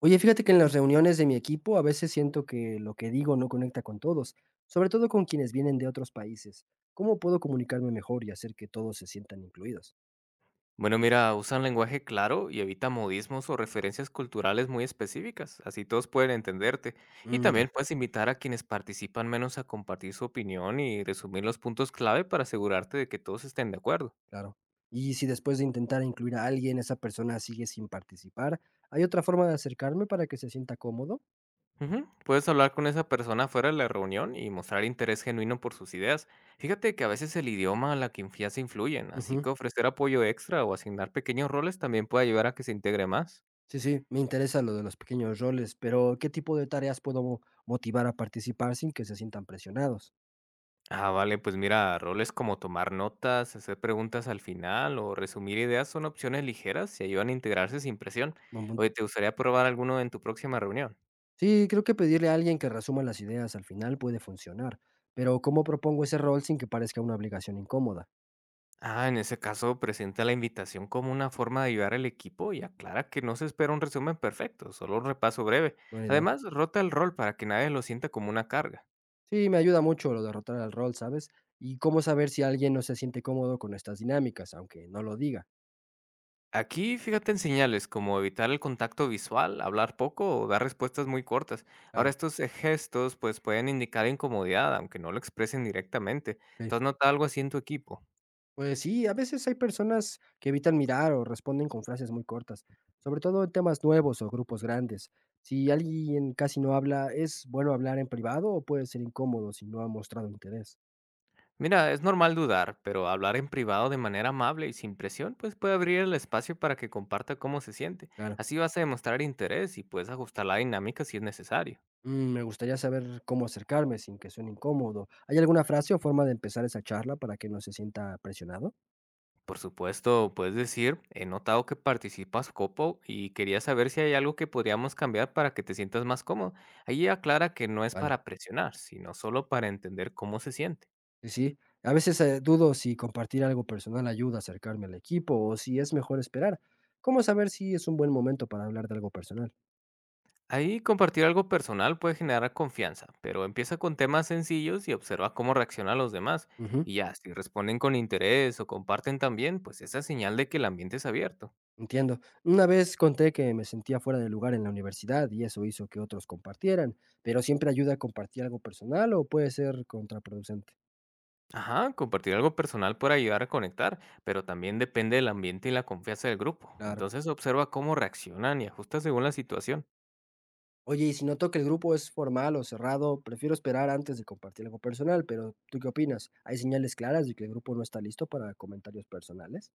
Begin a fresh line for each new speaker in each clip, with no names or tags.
Oye, fíjate que en las reuniones de mi equipo a veces siento que lo que digo no conecta con todos, sobre todo con quienes vienen de otros países. ¿Cómo puedo comunicarme mejor y hacer que todos se sientan incluidos?
Bueno, mira, usan lenguaje claro y evita modismos o referencias culturales muy específicas, así todos pueden entenderte. Y
Mm, ya,
también puedes invitar a quienes participan menos a compartir su opinión y resumir los puntos clave para asegurarte de que todos estén de acuerdo.
claro. Y si después de intentar incluir a alguien, esa persona sigue sin participar, ¿hay otra forma de acercarme para que se sienta cómodo?
Ujú. Puedes hablar con esa persona fuera de la reunión y mostrar interés genuino por sus ideas. Fíjate que a veces el idioma a la que se influyen, así que
Ujú.
ofrecer apoyo extra o asignar pequeños roles también puede ayudar a que se integre más.
Sí, sí, me interesa lo de los pequeños roles, pero ¿qué tipo de tareas puedo motivar a participar sin que se sientan presionados?
Ah, vale, pues mira, roles como tomar notas, hacer preguntas al final o resumir ideas son opciones ligeras y ayudan a integrarse sin presión.
Buen
Oye,
punto.
¿te gustaría probar alguno en tu próxima reunión?
Sí, creo que pedirle a alguien que resuma las ideas al final puede funcionar, pero ¿cómo propongo ese rol sin que parezca una obligación incómoda?
Ah, en ese caso, presenta la invitación como una forma de ayudar al equipo y aclara que no se espera un resumen perfecto, solo un repaso breve.
Buena idea.
Además, rota el rol para que nadie lo sienta como una carga.
Sí, me ayuda mucho lo de rotar al rol, ¿sabes? Y cómo saber si alguien no se siente cómodo con estas dinámicas, aunque no lo diga.
Aquí fíjate en señales como evitar el contacto visual, hablar poco o dar respuestas muy cortas. Ahora
Claro,
estos gestos pues pueden indicar incomodidad, aunque no lo expresen directamente. ¿Tú
ok.
has notado algo así en tu equipo?
Pues sí, a veces hay personas que evitan mirar o responden con frases muy cortas, sobre todo en temas nuevos o grupos grandes. Si alguien casi no habla, ¿es bueno hablar en privado o puede ser incómodo si no ha mostrado interés?
Mira, es normal dudar, pero hablar en privado de manera amable y sin presión pues puede abrir el espacio para que comparta cómo se siente.
Claro.
Así vas a demostrar interés y puedes ajustar la dinámica si es necesario.
Mm, me gustaría saber cómo acercarme sin que suene incómodo. ¿Hay alguna frase o forma de empezar esa charla para que no se sienta presionado?
Por supuesto, puedes decir, he notado que participas copo y quería saber si hay algo que podríamos cambiar para que te sientas más cómodo. Ahí aclara que no es
Vale.
para presionar, sino solo para entender cómo se siente.
Sí, sí. A veces dudo si compartir algo personal ayuda a acercarme al equipo o si es mejor esperar. ¿Cómo saber si es un buen momento para hablar de algo personal?
Ahí compartir algo personal puede generar confianza, pero empieza con temas sencillos y observa cómo reaccionan los demás.
Ujú.
Y ya, si responden con interés o comparten también, pues esa es señal de que el ambiente es abierto.
Entiendo. Una vez conté que me sentía fuera de lugar en la universidad y eso hizo que otros compartieran, pero siempre ayuda a compartir algo personal o puede ser contraproducente.
Ajá, compartir algo personal puede ayudar a conectar, pero también depende del ambiente y la confianza del grupo.
Claro.
Entonces observa cómo reaccionan y ajusta según la situación.
Oye, y si noto que el grupo es formal o cerrado, prefiero esperar antes de compartir algo personal, pero ¿tú qué opinas? ¿Hay señales claras de que el grupo no está listo para comentarios personales?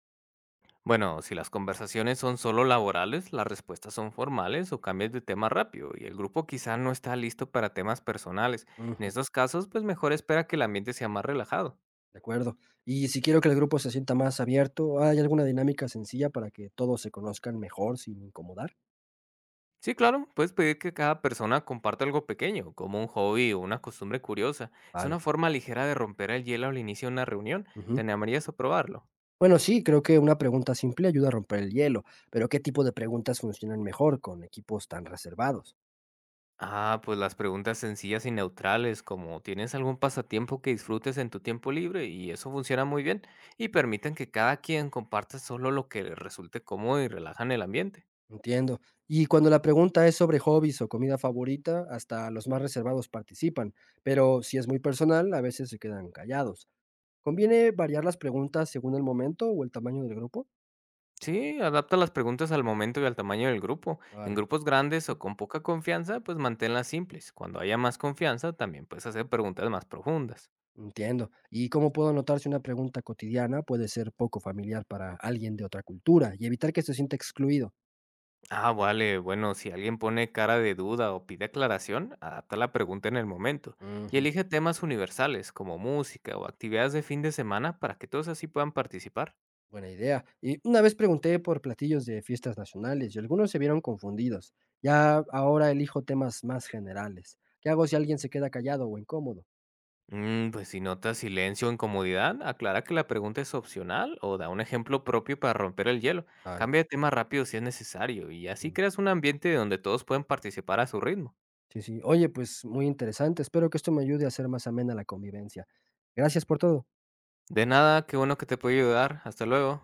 Bueno, si las conversaciones son solo laborales, las respuestas son formales o cambias de tema rápido y el grupo quizá no está listo para temas personales. En
Ujú,
estos casos, pues mejor espera que el ambiente sea más relajado.
de acuerdo. Y si quiero que el grupo se sienta más abierto, ¿hay alguna dinámica sencilla para que todos se conozcan mejor sin incomodar?
Sí, claro, puedes pedir que cada persona comparta algo pequeño, como un hobby o una costumbre curiosa. Es
Vale.
una forma ligera de romper el hielo al inicio de una reunión. ¿Te
Ujú.
animarías a probarlo?
Bueno, sí, creo que una pregunta simple ayuda a romper el hielo, pero ¿qué tipo de preguntas funcionan mejor con equipos tan reservados?
Ah, pues las preguntas sencillas y neutrales, como ¿tienes algún pasatiempo que disfrutes en tu tiempo libre? Y eso funciona muy bien y permiten que cada quien comparta solo lo que le resulte cómodo y relajan el ambiente.
Entiendo. Y cuando la pregunta es sobre hobbies o comida favorita, hasta los más reservados participan, pero si es muy personal, a veces se quedan callados. ¿Conviene variar las preguntas según el momento o el tamaño del grupo?
Sí, adapta las preguntas al momento y al tamaño del grupo. En
Vale,
grupos grandes o con poca confianza, pues manténlas simples. Cuando haya más confianza, también puedes hacer preguntas más profundas.
entiendo. ¿Y cómo puedo notar si una pregunta cotidiana puede ser poco familiar para alguien de otra cultura y evitar que se sienta excluido?
Ah, vale, bueno, si alguien pone cara de duda o pide aclaración, adapta la pregunta en el momento y elige temas universales como música o actividades de fin de semana para que todos así puedan participar.
Buena idea. Y una vez pregunté por platillos de fiestas nacionales y algunos se vieron confundidos. Ya ahora elijo temas más generales. ¿Qué hago si alguien se queda callado o incómodo?
Mm, pues si notas silencio o incomodidad, aclara que la pregunta es opcional o da un ejemplo propio para romper el hielo.
Vale.
Cambia de tema rápido si es necesario y así
Mm,
creas un ambiente donde todos pueden participar a su ritmo.
sí, sí. Oye, pues muy interesante. Espero que esto me ayude a hacer más amena la convivencia. Gracias por todo.
De nada, qué bueno que te puedo ayudar. Hasta luego.